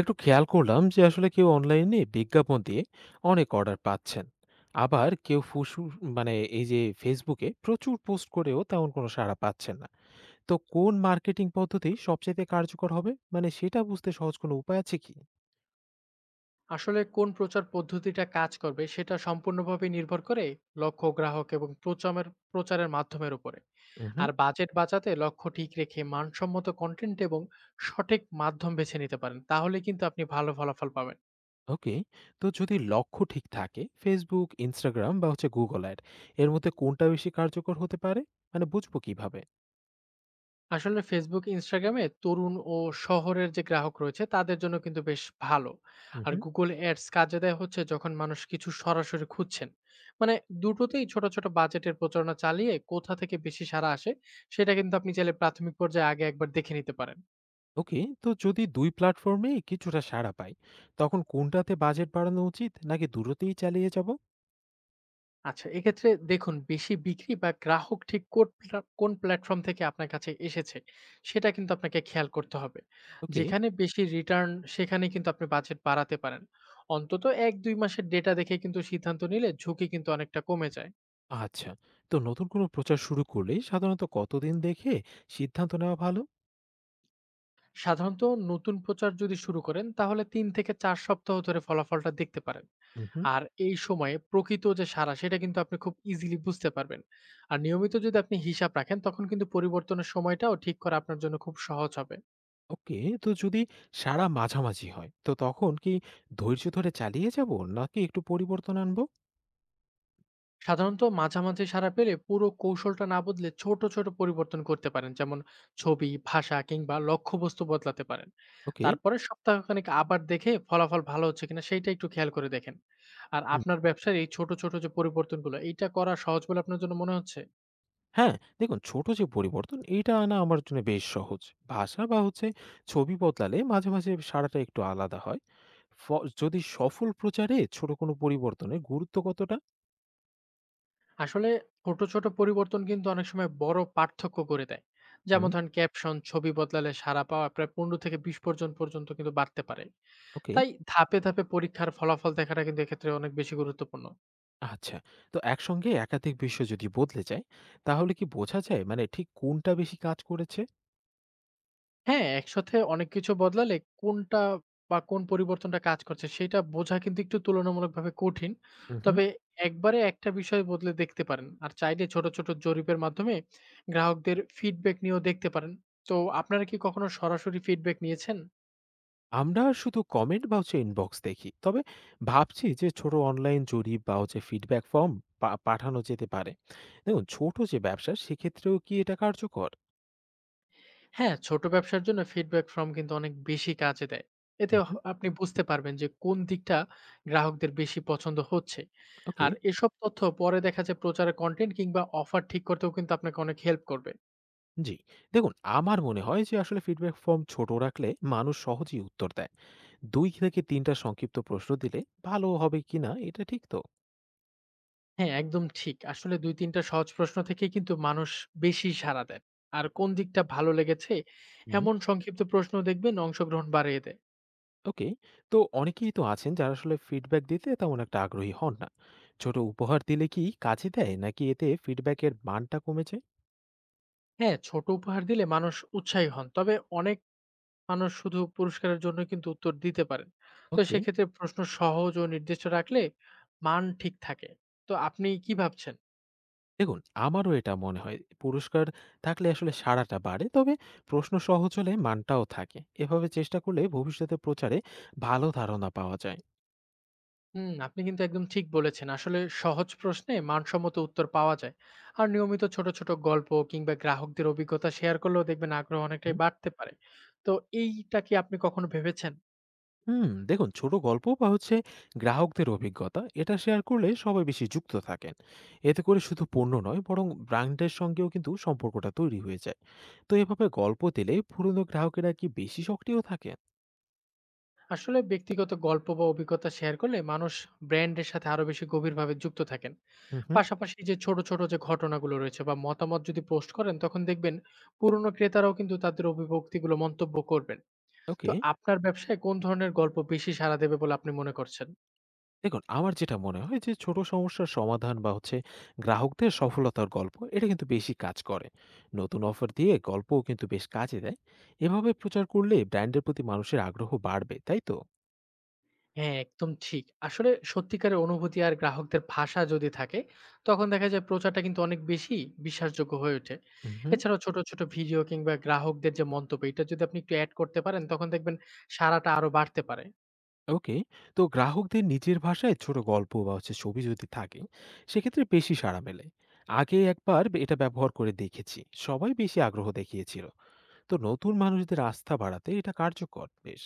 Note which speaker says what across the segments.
Speaker 1: একটু খেয়াল করলাম যে আসলে কেউ অনলাইনে বিজ্ঞাপন দিয়ে অনেক অর্ডার পাচ্ছেন, আবার কেউ মানে এই যে ফেসবুকে প্রচুর পোস্ট করেও তেমন কোনো সাড়া পাচ্ছেন না। তো কোন মার্কেটিং পদ্ধতি সবচেয়ে কার্যকর হবে, মানে সেটা বুঝতে সহজ কোনো উপায় আছে কি?
Speaker 2: আসলে কোন প্রচার পদ্ধতিটা কাজ করবে সেটা সম্পূর্ণভাবে নির্ভর করে লক্ষ্য গ্রাহক এবং প্রচারের প্রচারের মাধ্যমের উপরে।
Speaker 1: হুম।
Speaker 2: আর বাজেট বাঁচাতে লক্ষ্য ঠিক রেখে মানসম্মত কন্টেন্ট এবং সঠিক মাধ্যম বেছে নিতে পারেন, তাহলে কিন্তু আপনি ভালো ফলাফল পাবেন।
Speaker 1: ওকে। তো যদি লক্ষ্য ঠিক থাকে, ফেসবুক, ইনস্টাগ্রাম বা হচ্ছে গুগল অ্যাড এর মধ্যে কোনটা বেশি কার্যকর হতে পারে, মানে বুঝবো কিভাবে?
Speaker 2: আসলে Facebook, Instagram এ তরুণ ও শহরের যে গ্রাহক রয়েছে তাদের জন্য কিন্তু বেশ ভালো। আর
Speaker 1: হুম।
Speaker 2: Google Ads কাজে দেয় হচ্ছে যখন মানুষ কিছু সরাসরি খুঁজছেন। মানে দুটোতেই ছোট, ছোট বাজেটের প্রচারণা চালিয়ে কোথা থেকে বেশি সাড়া আসে সেটা কিন্তু আপনি চাইলে প্রাথমিক পর্যায়ে আগে একবার দেখে নিতে পারেন।
Speaker 1: ওকে। তো যদি দুই প্ল্যাটফর্মে কিছুটা সাড়া পাই, তখন কোনটাতে বাজেট বাড়ানো উচিত, নাকি দুটোতেই চালিয়ে যাব?
Speaker 2: আচ্ছা, এক্ষেত্রে দেখুন বেশি বিক্রি বা গ্রাহক ঠিক কোট প্লা কোন প্ল্যাটফর্ম থেকে আপনার কাছে এসেছে, সেটা কিন্তু আপনাকে খেয়াল করতে হবে।
Speaker 1: ওকে।
Speaker 2: যেখানে বেশি রিটার্ন সেখানে কিন্তু আপনি বাজেট বাড়াতে পারেন। অন্তত ১-২ মাসের ডেটা দেখে কিন্তু সিদ্ধান্ত নিলে ঝুঁকি কিন্তু অনেকটা কমে যায়।
Speaker 1: আচ্ছা। তো নতুন কোনো প্রচার শুরু করলে সাধারণত কতদিন দেখে সিদ্ধান্ত নেওয়া ভালো?
Speaker 2: সাধারণত নতুন প্রচার যদি শুরু করেন তাহলে ৩ থেকে ৪ সপ্তাহ ধরে ফলাফলটা দেখতে পারেন।
Speaker 1: হুম।
Speaker 2: আর এই সময়ে প্রকৃত যে সাড়া সেটা কিন্তু আপনি খুব ইজিলি বুঝতে পারবেন। আর নিয়মিত যদি আপনি হিসাব রাখেন তখন কিন্তু পরিবর্তনের সময়টাও ঠিক করা আপনার জন্য খুব সহজ হবে।
Speaker 1: ওকে। তো যদি সাড়া মাঝামাঝি হয়, তো তখন কি ধৈর্য ধরে চালিয়ে যাব, নাকি একটু পরিবর্তন আনবো?
Speaker 2: সাধারণত মাঝামাঝি সাড়া পেলে পুরো কৌশলটা না বদলে ছোট, ছোট পরিবর্তন করতে পারেন। যেমন ছবি, ভাষা কিংবা লক্ষ্যবস্তু বদলাতে পারেন।
Speaker 1: ওকে।
Speaker 2: তারপরে সপ্তাহখানেক আবার দেখে ফলাফল ভালো হচ্ছে কিনা সেইটা একটু খেয়াল করে দেখেন। আর
Speaker 1: হুম।
Speaker 2: আপনার ব্যবসার এই ছোট, ছোট যে পরিবর্তনগুলো এইটা করা সহজ বলে আপনার জন্য মনে হচ্ছে?
Speaker 1: হ্যাঁ। দেখুন, ছোট যে পরিবর্তন এটা আনা আমার জন্য বেশ সহজ। ভাষা বা হচ্ছে ছবি বদলালে মাঝে মাঝে সাড়াটা একটু আলাদা হয়। ফ যদি সফল প্রচারে ছোট কোনো পরিবর্তনের গুরুত্ব কতটা?
Speaker 2: আসলে ছোট, ছোট পরিবর্তন কিন্তু অনেক সময় বড় পার্থক্য করে দেয়।
Speaker 1: হুম।
Speaker 2: যেমন ধরেন ক্যাপশন, ছবি বদলালে সাড়া পাওয়া প্রায় ১৫-২০ পর্যন্ত পর্যন্ত কিন্তু বাড়তে পারে।
Speaker 1: ওকে।
Speaker 2: তাই ধাপে, ধাপে পরীক্ষার ফলাফল দেখাটা কিন্তু এক্ষেত্রে অনেক বেশি গুরুত্বপূর্ণ।
Speaker 1: আচ্ছা। তো একসঙ্গে একাধিক বিষয় যদি বদলে যায়, তাহলে কি বোঝা যায় মানে ঠিক কোনটা বেশি কাজ করেছে?
Speaker 2: হ্যাঁ, একসাথে অনেক কিছু বদলালে কোনটা বা কোন পরিবর্তনটা কাজ করছে সেটা বোঝা কিন্তু একটু তুলনামূলকভাবে কঠিন।
Speaker 1: উম হুম।
Speaker 2: তবে একবারে একটা বিষয় বদলে দেখতে পারেন। আর চাইলে ছোট, ছোট জরিপের মাধ্যমে গ্রাহকদের ফিডব্যাক নিয়েও দেখতে পারেন। তো আপনারা কি কখনো সরাসরি ফিডব্যাক নিয়েছেন?
Speaker 1: আমরা শুধু কমেন্ট বা হচ্ছে ইনবক্স দেখি। তবে ভাবছি যে ছোট অনলাইন জরিপ বা হচ্ছে ফিডব্যাক ফর্ম পাঠানো যেতে পারে। দেখুন, ছোট যে ব্যবসা, সেক্ষেত্রেও কি এটা কার্যকর?
Speaker 2: হ্যাঁ, ছোট ব্যবসার জন্য feedback form কিন্তু অনেক বেশি কাজে দেয়। এতে
Speaker 1: হুম, হুম।
Speaker 2: আপনি বুঝতে পারবেন যে কোন দিকটা গ্রাহকদের বেশি পছন্দ হচ্ছে।
Speaker 1: ওকে।
Speaker 2: আর এসব তথ্য পরে দেখা যায় প্রচারের কনটেন্ট কিংবা অফার ঠিক করতেও কিন্তু আপনাকে অনেক হেল্প করবে।
Speaker 1: জি। দেখুন, আমার মনে হয় যে আসলে ফিডব্যাক ফর্ম ছোট রাখলে মানুষ সহজেই উত্তর দেয়। দুই থেকে তিনটা সংক্ষিপ্ত প্রশ্ন দিলে ভালো হবে কিনা, এটা ঠিক তো?
Speaker 2: হ্যাঁ, একদম ঠিক। আসলে ২-৩ টা সহজ প্রশ্ন থেকেই কিন্তু মানুষ বেশি সাড়া দেয়। আর কোন দিকটা ভালো লেগেছে
Speaker 1: হুম।
Speaker 2: এমন সংক্ষিপ্ত প্রশ্ন দেখবেন অংশগ্রহণ বাড়িয়ে দেয়।
Speaker 1: ওকে। তো অনেকেই তো আছেন যারা আসলে ফিডব্যাক দিতে তেমন একটা আগ্রহী হন না। ছোট উপহার দিলে কি কাজে দেয়, নাকি এতে ফিডব্যাকের মানটা কমেছে?
Speaker 2: হ্যাঁ, ছোট উপহার দিলে মানুষ উৎসাহী হন। তবে অনেক মানুষ শুধু পুরস্কারের জন্য কিন্তু উত্তর দিতে পারেন। তো
Speaker 1: ওকে।
Speaker 2: সেক্ষেত্রে প্রশ্ন সহজ ও নির্দিষ্ট রাখলে মান ঠিক থাকে। তো আপনি কি ভাবছেন?
Speaker 1: দেখুন, আমারও এটা মনে হয়, পুরস্কার থাকলে আসলে সাড়াটা বাড়ে। তবে প্রশ্ন সহজ হলে মানটাও থাকে। এভাবে চেষ্টা করলে ভবিষ্যতে প্রচারে ভালো ধারণা পাওয়া যায়।
Speaker 2: হুম, আপনি কিন্তু একদম ঠিক বলেছেন। আসলে সহজ প্রশ্নে মানসম্মত উত্তর পাওয়া যায়। আর নিয়মিত ছোট, ছোট গল্প কিংবা গ্রাহকদের অভিজ্ঞতা শেয়ার করলেও দেখবেন আগ্রহ অনেকটাই
Speaker 1: হুম,
Speaker 2: বাড়তে পারে। তো এইটা কি আপনি কখনো ভেবেছেন?
Speaker 1: হুম। দেখুন, ছোট গল্প বা হচ্ছে গ্রাহকদের অভিজ্ঞতা এটা শেয়ার করলে সবাই বেশি যুক্ত থাকেন। এতে করে শুধু পণ্য নয়, বরং ব্র্যান্ডের সঙ্গেও কিন্তু সম্পর্কটা তৈরি হয়ে যায়। তো এভাবে গল্প দিলে পুরনো গ্রাহকেরা কি বেশি সক্রিয় থাকেন?
Speaker 2: আসলে ব্যক্তিগত গল্প বা অভিজ্ঞতা শেয়ার করলে মানুষ ব্র্যান্ডের সাথে আরো বেশি গভীরভাবে যুক্ত থাকেন।
Speaker 1: হুম, হুম।
Speaker 2: পাশাপাশি যে ছোট ছোট যে ঘটনাগুলো রয়েছে বা মতামত যদি পোস্ট করেন তখন দেখবেন পুরনো ক্রেতারাও কিন্তু তাদের অভিব্যক্তিগুলো মন্তব্য করবেন। তো
Speaker 1: ওকে।
Speaker 2: আপনার ব্যবসায় কোন ধরনের গল্প বেশি সাড়া দেবে বলে আপনি মনে করছেন?
Speaker 1: দেখুন, আমার যেটা মনে হয়, যে ছোট সমস্যার সমাধান বা হচ্ছে গ্রাহকদের সফলতার গল্প, এটা কিন্তু বেশি কাজ করে। নতুন অফার দিয়ে গল্পও কিন্তু বেশ কাজে দেয়। এভাবে প্রচার করলে ব্র্যান্ডের প্রতি মানুষের আগ্রহ বাড়বে, তাই তো?
Speaker 2: হ্যাঁ, একদম ঠিক। আসলে সত্যিকারের অনুভূতি আর গ্রাহকদের ভাষা যদি থাকে, তখন দেখা যায় প্রচারটা কিন্তু অনেক বেশি বিশ্বাসযোগ্য হয়ে ওঠে।
Speaker 1: হুম, হুম।
Speaker 2: এছাড়াও ছোট, ছোট ভিডিও কিংবা গ্রাহকদের যে মন্তব্য, এটা যদি আপনি একটু এড করতে পারেন, তখন দেখবেন সাড়াটা আরো বাড়তে পারে।
Speaker 1: ওকে। তো গ্রাহকদের নিজের ভাষায় ছোট গল্প বা হচ্ছে ছবি যদি থাকে, সেক্ষেত্রে বেশি সাড়া মেলে। আগে একবার এটা ব্যবহার করে দেখেছি। সবাই বেশি আগ্রহ দেখিয়েছিল। তো নতুন মানুষদের আস্থা বাড়াতে এটা কার্যকর বেশ।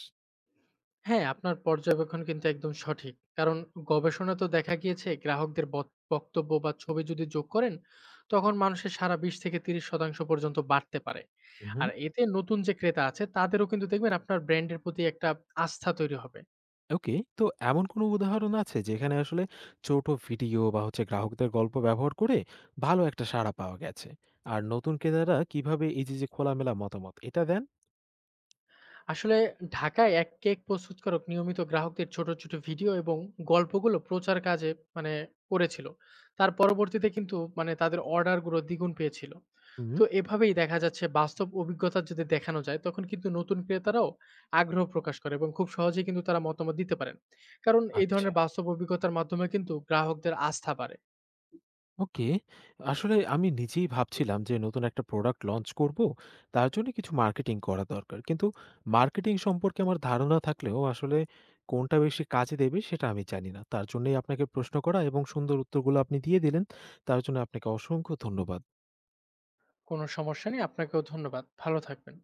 Speaker 2: হ্যাঁ, আপনার পর্যবেক্ষণ কিন্তু একদম সঠিক। কারণ গবেষণাতেও দেখা গিয়েছে, গ্রাহকদের বক্তব্য বা ছবি যদি যোগ করেন, তখন মানুষের সাড়া ২০-৩০% পর্যন্ত বাড়তে পারে।
Speaker 1: উহু।
Speaker 2: আর এতে নতুন যে ক্রেতা আছে, তাদেরও কিন্তু দেখবেন আপনার ব্র্যান্ডের প্রতি একটা আস্থা তৈরি হবে।
Speaker 1: ওকে। তো এমন কোনো উদাহরণ আছে যেখানে আসলে ছোট ভিডিও বা হচ্ছে গ্রাহকদের গল্প ব্যবহার করে ভালো একটা সাড়া পাওয়া গেছে? আর নতুন ক্রেতারা কিভাবে এই যে, যে খোলামেলা মতামত এটা দেন?
Speaker 2: আসলে ঢাকায় এক কেক প্রস্তুতকারক নিয়মিত গ্রাহকদের ছোট ছোট ভিডিও এবং গল্পগুলো প্রচার কাজে মানে করেছিল। তার পরবর্তীতে কিন্তু তাদের অর্ডারগুলো দ্বিগুণ পেয়েছিল। তো
Speaker 1: উহু।
Speaker 2: এভাবেই দেখা যাচ্ছে বাস্তব অভিজ্ঞতা যদি দেখানো যায় তখন কিন্তু নতুন ক্রেতারাও আগ্রহ প্রকাশ করে এবং খুব সহজেই কিন্তু তারা মতামত দিতে পারেন। কারণ এই
Speaker 1: আচ্ছা।
Speaker 2: ধরনের বাস্তব অভিজ্ঞতার মাধ্যমে কিন্তু গ্রাহকদের আস্থা বাড়ে।
Speaker 1: ওকে। আসলে আমি নিজেই ভাবছিলাম যে নতুন একটা প্রোডাক্ট লঞ্চ করব। তার জন্য কিছু মার্কেটিং করা দরকার। কিন্তু মার্কেটিং সম্পর্কে আমার ধারণা থাকলেও আসলে কোনটা বেশি কাজে দেবে সেটা আমি জানি না। তার জন্যই আপনাকে প্রশ্ন করা, এবং সুন্দর উত্তরগুলো আপনি দিয়ে দিলেন। তার জন্য আপনাকে অসংখ্য ধন্যবাদ।
Speaker 2: কোনো সমস্যা নেই, আপনাকেও ধন্যবাদ, ভালো থাকবেন।